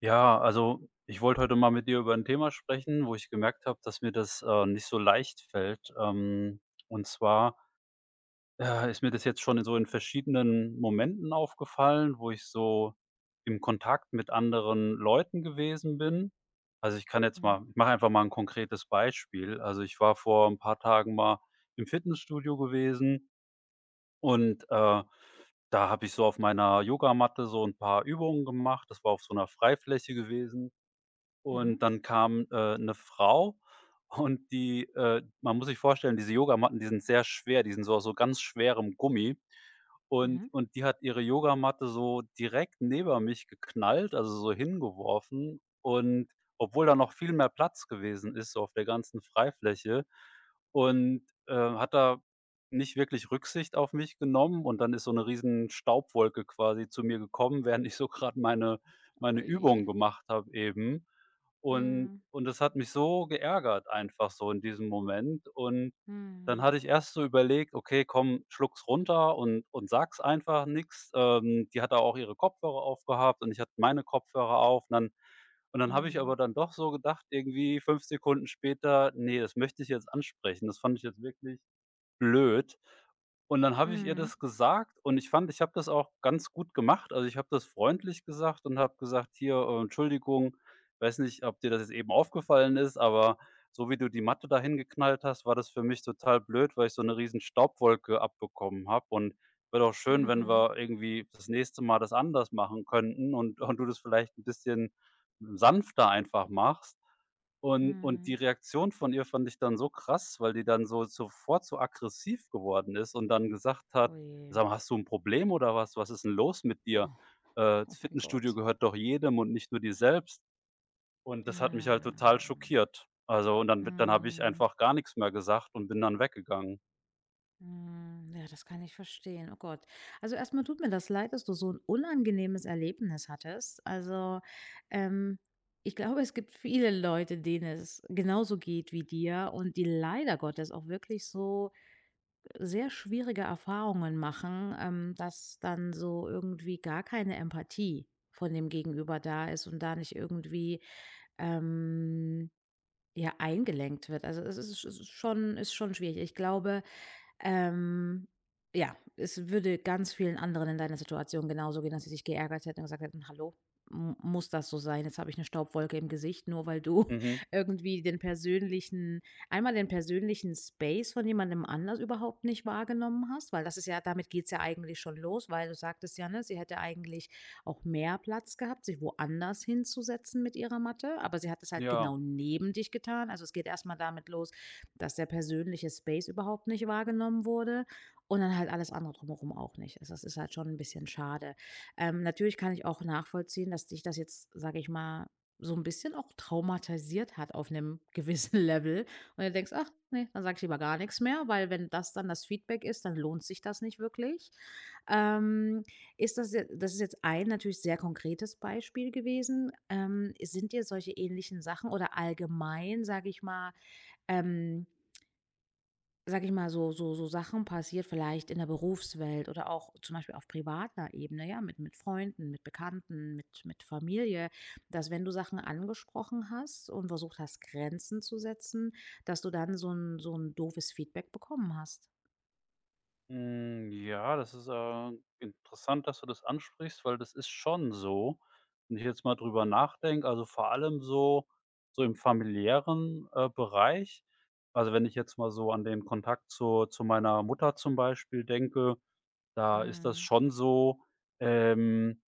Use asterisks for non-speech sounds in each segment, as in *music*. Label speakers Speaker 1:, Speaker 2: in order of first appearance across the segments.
Speaker 1: Ja, also ich wollte heute mal mit dir über ein Thema sprechen, wo ich gemerkt habe, dass mir das nicht so leicht fällt. Und zwar, ist mir das jetzt schon in so in verschiedenen Momenten aufgefallen, wo ich so im Kontakt mit anderen Leuten gewesen bin. Also,
Speaker 2: Mhm.
Speaker 1: ich mache einfach mal ein konkretes Beispiel. Also, ich war vor ein paar Tagen mal im Fitnessstudio gewesen und da habe ich so auf meiner Yogamatte so ein paar Übungen gemacht. Das war auf so einer Freifläche gewesen
Speaker 2: Mhm.
Speaker 1: und dann kam 'ne Frau und die man muss sich vorstellen, diese Yogamatten, die sind sehr schwer, die sind so aus so ganz schwerem Gummi. Und
Speaker 2: Mhm.
Speaker 1: und die hat ihre Yogamatte so direkt neben mich geknallt, also so hingeworfen. Und obwohl da noch viel mehr Platz gewesen ist, so auf der ganzen Freifläche und hat da nicht wirklich Rücksicht auf mich genommen und dann ist so eine riesen Staubwolke quasi zu mir gekommen, *laughs* während ich so gerade meine
Speaker 2: Ui.
Speaker 1: Übungen gemacht habe eben. Und
Speaker 2: Mhm.
Speaker 1: und das hat mich so geärgert einfach so in diesem Moment. Und dann
Speaker 2: Mhm.
Speaker 1: hatte ich erst so überlegt: „Okay, komm, schluck's runter und sag's einfach nix.“ Die hat da auch ihre Kopfhörer aufgehabt und ich hatte meine Kopfhörer auf. Und dann habe ich aber
Speaker 2: Mhm.
Speaker 1: dann doch so gedacht irgendwie 5 Sekunden später: „Nee, das möchte ich jetzt ansprechen.“ Das fand ich jetzt wirklich blöd. Und dann habe ich ihr
Speaker 2: Mhm.
Speaker 1: das gesagt und ich fand, ich habe das auch ganz gut gemacht. Also, ich habe das freundlich gesagt und habe gesagt: „Hier Entschuldigung, weiß nicht, ob dir das jetzt eben aufgefallen ist, aber so wie du die Matte dahin geknallt hast, war das für mich total blöd, weil ich so eine riesen Staubwolke abbekommen habe und wäre doch schön, wenn
Speaker 2: Mhm.
Speaker 1: wir irgendwie das nächste Mal das anders machen könnten und *laughs* und du das vielleicht ein bisschen sanfter einfach machst.“ Und die
Speaker 2: Mhm.
Speaker 1: Reaktion von ihr fand ich dann so krass, weil die dann so sofort so aggressiv geworden ist und dann gesagt hat:
Speaker 2: Oh je.
Speaker 1: „Sag mal, hast du 'n Problem oder was? Was ist 'n los mit
Speaker 2: Oh.
Speaker 1: dir?
Speaker 2: *laughs*
Speaker 1: Äh,
Speaker 2: Oh
Speaker 1: das
Speaker 2: mein
Speaker 1: Fitnessstudio
Speaker 2: Gott.
Speaker 1: gehört doch jedem und nicht nur dir selbst.“ Und das hat mich
Speaker 2: Ah.
Speaker 1: halt total schockiert. Also, und dann b dann habe ich
Speaker 2: Mhm.
Speaker 1: einfach gar nix mehr gesagt und bin dann weggegangen.
Speaker 2: Mhm. Ja, das kann ich verstehen. Oh Gott. Also erstmal tut mir das leid, dass du so ein unangenehmes Erlebnis hattest. Also, ähm, ich glaube, es gibt viele Leute, denen es genauso geht wie dir und die leider Gottes auch wirklich so sehr schwierige Erfahrungen machen, dass dann so irgendwie gar keine Empathie von dem Gegenüber da ist und da nicht irgendwie ähm, ja eingelenkt wird. Also es ist schon schwierig. Ich glaube, ähm, ja, es würde ganz vielen anderen in deiner Situation genauso gehen, dass sie sich geärgert hätten und gesagt hätten: „Hallo, m muss das so sein? Jetzt habe ich eine Staubwolke im Gesicht, nur weil du
Speaker 1: Mhm,
Speaker 2: *laughs* irgendwie den persönlichen einmal den persönlichen Space von jemandem anders überhaupt nicht wahrgenommen hast“, weil das ist ja damit geht's ja eigentlich schon los, weil du sagtest ja, ne, sie hätte eigentlich auch mehr Platz gehabt, sich woanders hinzusetzen mit ihrer Matte, aber sie hat es halt
Speaker 1: ja.
Speaker 2: genau neben dich getan. Also, es geht erst mal damit los, dass der persönliche Space überhaupt nicht wahrgenommen wurde und dann halt alles andere drumherum auch nicht. Also, das ist halt schon ein bisschen schade. Natürlich kann ich auch nachvollziehen, dass dich das jetzt, sage ich mal, so ein bisschen auch traumatisiert hat auf einem gewissen *laughs* Level und du denkst: „Ach ne, dann sage ich lieber gar nichts mehr“, weil wenn das dann das Feedback ist, dann lohnt sich das nicht wirklich. Ähm, ist das je das ist jetzt ein natürlich sehr konkretes Beispiel gewesen. Sind dir solche ähnlichen Sachen oder allgemein, sage ich mal, ähm Sag ich mal, so Sachen passiert vielleicht in der Berufswelt oder auch zum Beispiel auf privater Ebene, ja, mit Freunden, mit Bekannten, mit Familie, dass wenn du Sachen angesprochen hast und versucht hast, Grenzen zu setzen, dass du dann so ein doofes Feedback bekommen hast.
Speaker 1: Hm, ja, das ist interessant, dass du das ansprichst, weil das ist schon so. Wenn ich jetzt mal drüber nachdenke, also, vor allem so im familiären Bereich. Also, wenn ich jetzt mal so an den Kontakt zu meiner Mutter zum Beispiel denke, da ist das
Speaker 2: Mhm.
Speaker 1: schon so, ähm,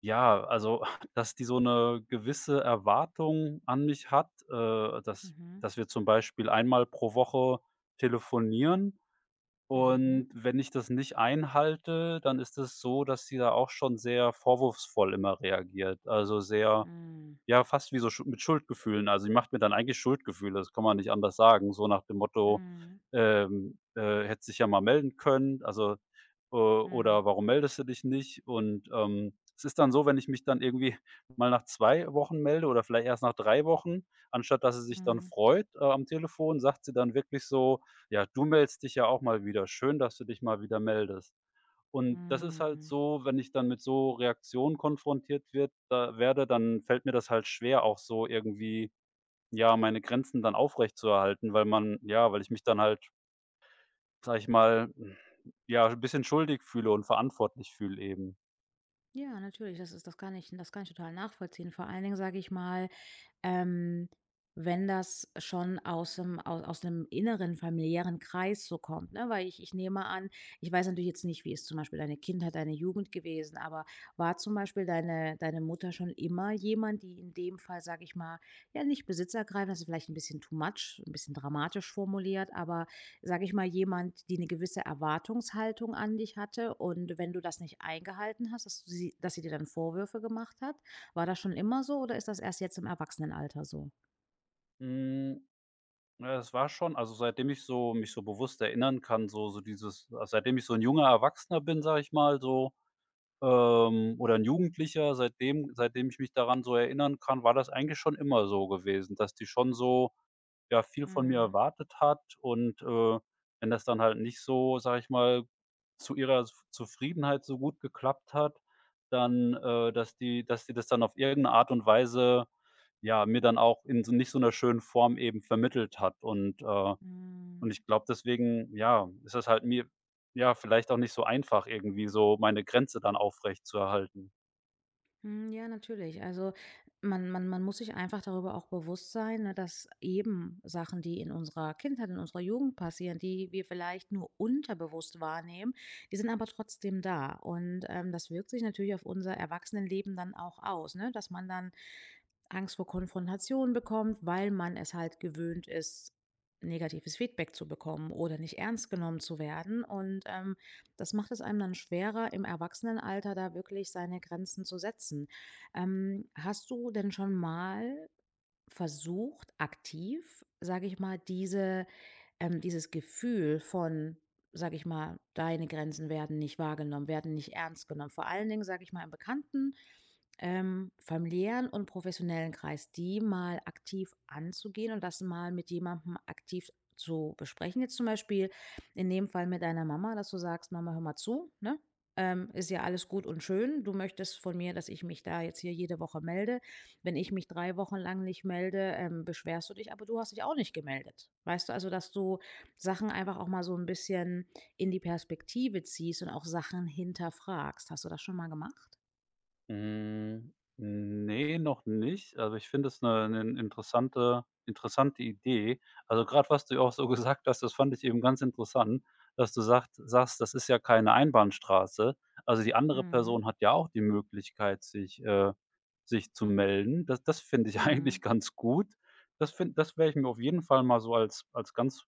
Speaker 1: ja, also, *laughs* dass die so eine gewisse Erwartung an mich hat dass
Speaker 2: Mhm.
Speaker 1: dass wir zum Beispiel einmal pro Woche telefonieren
Speaker 2: Mhm.
Speaker 1: und wenn ich das nicht einhalte, dann ist es so, dass sie da auch schon sehr vorwurfsvoll immer reagiert. Also, sehr
Speaker 2: Mhm.
Speaker 1: ja, fast wie so Schu mit Schuldgefühlen. Also, sie macht mir dann eigentlich Schuldgefühle, das kann man nicht anders sagen, so nach dem Motto,
Speaker 2: Mhm.
Speaker 1: „Hättest dich ja mal melden können“, also,
Speaker 2: Mhm.
Speaker 1: oder: „Warum meldest du dich nicht?“ Und es ist dann so, wenn ich mich dann irgendwie mal nach 2 Wochen melde oder vielleicht erst nach 3 Wochen, anstatt dass sie sich dann
Speaker 2: Mhm.
Speaker 1: freut, am Telefon, sagt sie dann wirklich so: „Ja, du meldest dich ja auch mal wieder. Schön, dass du dich mal wieder meldest.“ Und das ist halt
Speaker 2: Mhm.
Speaker 1: so, wenn ich dann mit so Reaktionen konfrontiert wird da werde, dann fällt mir das halt schwer, auch so irgendwie, ja, meine Grenzen dann aufrecht zu erhalten, weil ich mich dann halt, sage ich mal, ja, ein bisschen schuldig fühle und verantwortlich fühle eben.
Speaker 2: Ja, natürlich, das ist das kann ich total nachvollziehen. Vor allen Dingen, sage ich mal, ähm, wenn das schon aus 'nem inneren familiären Kreis so kommt, ne? Weil ich nehme an, ich weiß natürlich jetzt nicht, wie ist zum Beispiel deine Kindheit, deine Jugend gewesen, aber war zum Beispiel deine Mutter schon immer jemand, die in dem Fall, sage ich mal, ja, nicht besitzergreifend, das ist vielleicht ein bisschen too much, ein bisschen dramatisch formuliert, aber, sage ich mal, jemand, die eine gewisse Erwartungshaltung an dich hatte und wenn du das nicht eingehalten hast, dass du sie dass sie dir dann Vorwürfe gemacht hat? War das schon immer so oder ist das erst jetzt im Erwachsenenalter so?
Speaker 1: Hm, ja, es war schon, also seitdem ich so mich so bewusst erinnern kann, so dieses also seitdem ich so ein junger Erwachsener bin, sage ich mal so oder ein Jugendlicher, seitdem ich mich daran so erinnern kann, war das eigentlich schon immer so gewesen, dass die schon so, ja, viel von mir
Speaker 2: Mhm.
Speaker 1: erwartet hat und wenn das dann halt nicht so, sage ich mal, zu ihrer Zufriedenheit so gut geklappt hat, dann dass die das dann auf irgendeine Art und Weise, ja, mir dann auch in so nicht so einer schönen Form eben vermittelt hat und, äh
Speaker 2: Mhm.
Speaker 1: und ich glaube, deswegen, ja, ist das halt mir, ja, vielleicht auch nicht so einfach, irgendwie so meine Grenze dann aufrechtzuerhalten.
Speaker 2: Hm, ja, natürlich. Also man muss sich einfach darüber auch bewusst sein, ne, dass eben Sachen, die in unserer Kindheit, in unserer Jugend passieren, die wir vielleicht nur unterbewusst wahrnehmen, die sind aber trotzdem da. Und das wirkt sich natürlich auf unser Erwachsenenleben dann auch aus, ne? Dass man dann Angst vor Konfrontation bekommt, weil man es halt gewöhnt ist, negatives Feedback zu bekommen oder nicht ernst genommen zu werden. Und das macht es einem dann schwerer, im Erwachsenenalter da wirklich seine Grenzen zu setzen. Hast du denn schon mal versucht aktiv, sage ich mal, diese dieses Gefühl von, sage ich mal, deine Grenzen werden nicht wahrgenommen, werden nicht ernst genommen. Vor allen Dingen, sage ich mal, im Bekannten, familiären und professionellen Kreis, die mal aktiv anzugehen und das mal mit jemandem aktiv zu besprechen. Jetzt zum Beispiel in dem Fall mit deiner Mama, dass du sagst, Mama, hör mal zu, ne? Ist ja alles gut und schön. Du möchtest von mir, dass ich mich da jetzt hier jede Woche melde, wenn ich mich 3 Wochen lang nicht melde, beschwerst du dich, aber du hast dich auch nicht gemeldet. Weißt du, also, dass du Sachen einfach auch mal so ein bisschen in die Perspektive ziehst und auch Sachen hinterfragst. Hast du das schon mal gemacht?
Speaker 1: Hm, nee, noch nicht. Also, ich finde es eine interessante Idee. Also, gerade was du auch so *laughs* gesagt hast, das fand ich eben ganz interessant, dass du sagt sagst: „Das ist ja keine Einbahnstraße.“ Also, die andere
Speaker 2: Mhm.
Speaker 1: Person hat ja auch die Möglichkeit, sich zu melden. Das finde ich *laughs*
Speaker 2: Mhm.
Speaker 1: eigentlich ganz gut. Das werde ich mir auf jeden Fall mal so als ganz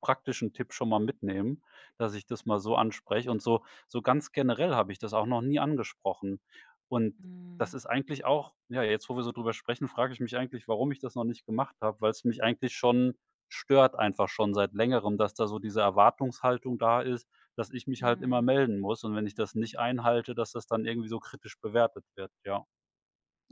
Speaker 1: praktischen Tipp schon mal mitnehmen, dass ich das mal so anspreche. Und so ganz generell habe ich das auch noch nie angesprochen. Und das
Speaker 2: Mhm.
Speaker 1: ist eigentlich auch, ja, jetzt, wo wir so drüber sprechen, frage ich mich eigentlich, warum ich das noch nicht gemacht habe, weil es mich eigentlich schon stört einfach schon seit Längerem, dass da so diese Erwartungshaltung da ist, dass ich mich halt immer
Speaker 2: Mhm.
Speaker 1: melden muss und wenn ich das nicht einhalte, dass das dann irgendwie so kritisch bewertet wird, ja.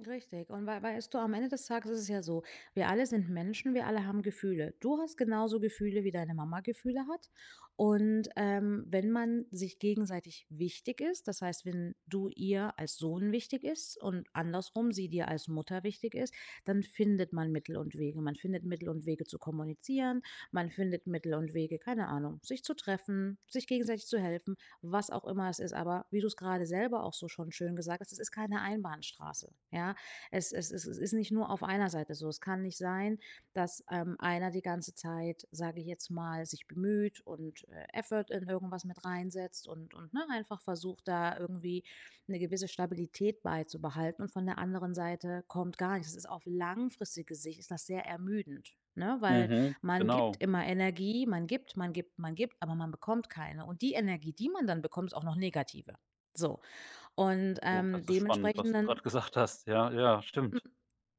Speaker 2: Richtig. Und weißt du, am Ende des Tages ist es ja so, wir alle sind Menschen, wir alle haben Gefühle. Du hast genauso Gefühle, wie deine Mama Gefühle hat. Und wenn man sich gegenseitig wichtig ist, das heißt, wenn du ihr als Sohn wichtig ist und andersrum sie dir als Mutter wichtig ist, dann findet man Mittel und Wege. Man findet Mittel und Wege zu kommunizieren, man findet Mittel und Wege, keine Ahnung, sich zu treffen, sich gegenseitig zu helfen, was auch immer es ist. Aber wie du es gerade selber auch so schon schön gesagt hast, es ist keine Einbahnstraße. Ja, es ist nicht nur auf einer Seite so. Es kann nicht sein, dass einer die ganze Zeit, sage ich jetzt mal, sich bemüht und Effort in irgendwas mit reinsetzt und, ne, einfach versucht, da irgendwie eine gewisse Stabilität beizubehalten. Und von der anderen Seite kommt gar nichts. Es ist Auf langfristige Sicht ist das sehr ermüdend. Ne? Weil
Speaker 1: Mhm,
Speaker 2: man gibt
Speaker 1: genau.
Speaker 2: immer Energie, man gibt, aber man bekommt keine. Und die Energie, die man dann bekommt, ist auch noch negative. So. Und,
Speaker 1: Oh, das ist spannend, was
Speaker 2: dementsprechend
Speaker 1: du
Speaker 2: dann
Speaker 1: gerade *laughs* gesagt hast. Ja, ja,
Speaker 2: hm,
Speaker 1: stimmt.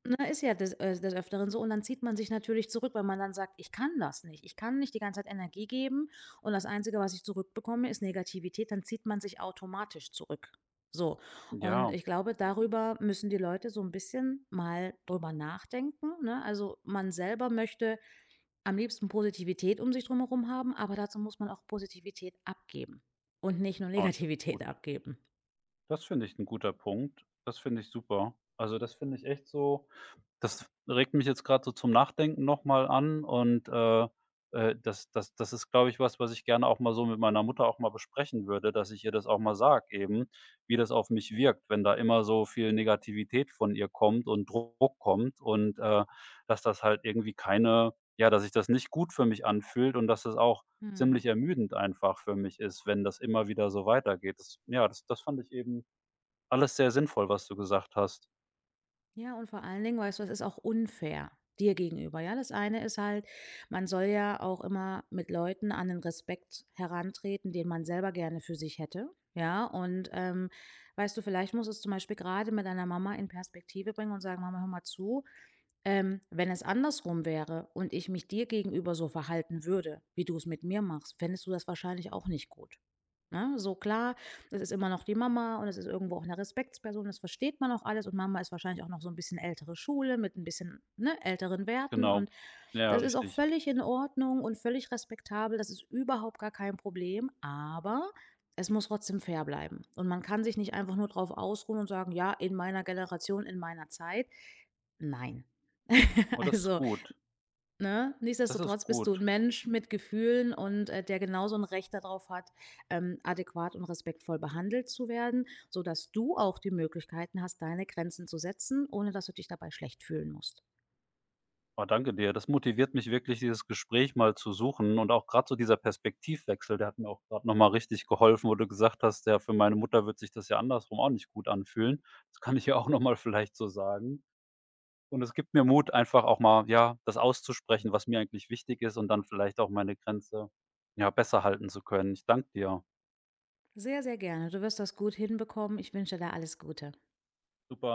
Speaker 2: ne, ist ja des Öfteren so und dann zieht man sich natürlich zurück, weil man dann sagt: „Ich kann das nicht. Ich kann nicht die ganze Zeit Energie geben und das Einzige, was ich zurückbekomme, ist Negativität.“ Dann zieht man sich automatisch zurück. So. Und
Speaker 1: Ja,
Speaker 2: ich glaube, darüber müssen die Leute so ein bisschen mal drüber nachdenken, ne? Also, man selber möchte am liebsten Positivität um sich drumherum haben, aber dazu muss man auch Positivität abgeben und nicht nur *laughs*
Speaker 1: ah, gut.
Speaker 2: Negativität abgeben.
Speaker 1: Das finde ich 'n guter Punkt. Das finde ich super. Also, das finde ich echt so, das regt mich jetzt grad so zum Nachdenken noch mal an und das ist, glaube ich, was ich gerne auch mal so mit meiner Mutter auch mal besprechen würde, dass ich ihr das auch mal sage eben, wie das auf mich wirkt, wenn da immer so viel Negativität von ihr kommt und Druck kommt und dass das halt irgendwie keine, ja, dass sich das nicht gut für mich anfühlt und dass das auch
Speaker 2: Mhm.
Speaker 1: ziemlich ermüdend einfach für mich ist, wenn das immer wieder so weitergeht. Das, ja, das fand ich eben alles sehr sinnvoll, was du gesagt hast.
Speaker 2: Ja, und vor allen Dingen, weißt du, es ist auch unfair dir gegenüber. Ja, das eine ist halt, man soll ja auch immer mit Leuten an den Respekt herantreten, den man selber gerne für sich hätte. Ja, und weißt du, vielleicht musst du es zum Beispiel gerade mit deiner Mama in Perspektive bringen und sagen, Mama, hör mal zu. Wenn es andersrum wäre und ich mich dir gegenüber so verhalten würde, wie du es mit mir machst, fändest du das wahrscheinlich auch nicht gut. Ne? So klar, das ist immer noch die Mama und es ist irgendwo auch eine Respektsperson, das versteht man auch alles und Mama ist wahrscheinlich auch noch so ein bisschen ältere Schule mit ein bisschen, ne, älteren Werten,
Speaker 1: Genau.
Speaker 2: und
Speaker 1: Ja,
Speaker 2: das ist auch
Speaker 1: richtig.
Speaker 2: völlig in Ordnung und völlig respektabel, das ist überhaupt gar kein Problem, aber es muss trotzdem fair bleiben und man kann sich nicht einfach nur drauf ausruhen und sagen, ja, in meiner Generation, in meiner Zeit, nein. *laughs*
Speaker 1: Oh, das ist
Speaker 2: Also.
Speaker 1: gut.
Speaker 2: Ne?
Speaker 1: Das ist
Speaker 2: Nichtsdestotrotz bist du ein
Speaker 1: gut.
Speaker 2: Mensch mit Gefühlen und, der genauso ein Recht darauf hat, adäquat und respektvoll behandelt zu werden, sodass du auch die Möglichkeiten hast, deine Grenzen zu setzen, ohne dass du dich dabei schlecht fühlen musst.
Speaker 1: Oh, danke dir. Das motiviert mich wirklich, dieses Gespräch mal zu suchen und auch gerade so dieser Perspektivwechsel, der hat mir auch gerade noch mal richtig geholfen, wo du gesagt hast: „Ja, für meine Mutter wird sich das ja andersrum auch nicht gut anfühlen.“ Das kann ich ja auch noch mal vielleicht so sagen. Und es gibt mir Mut, einfach auch mal, ja, das auszusprechen, was mir eigentlich wichtig ist und dann vielleicht auch meine Grenze, ja, besser halten zu können. Ich danke dir.
Speaker 2: Sehr, sehr gerne. Du wirst das gut hinbekommen. Ich wünsche dir alles Gute.
Speaker 1: Super.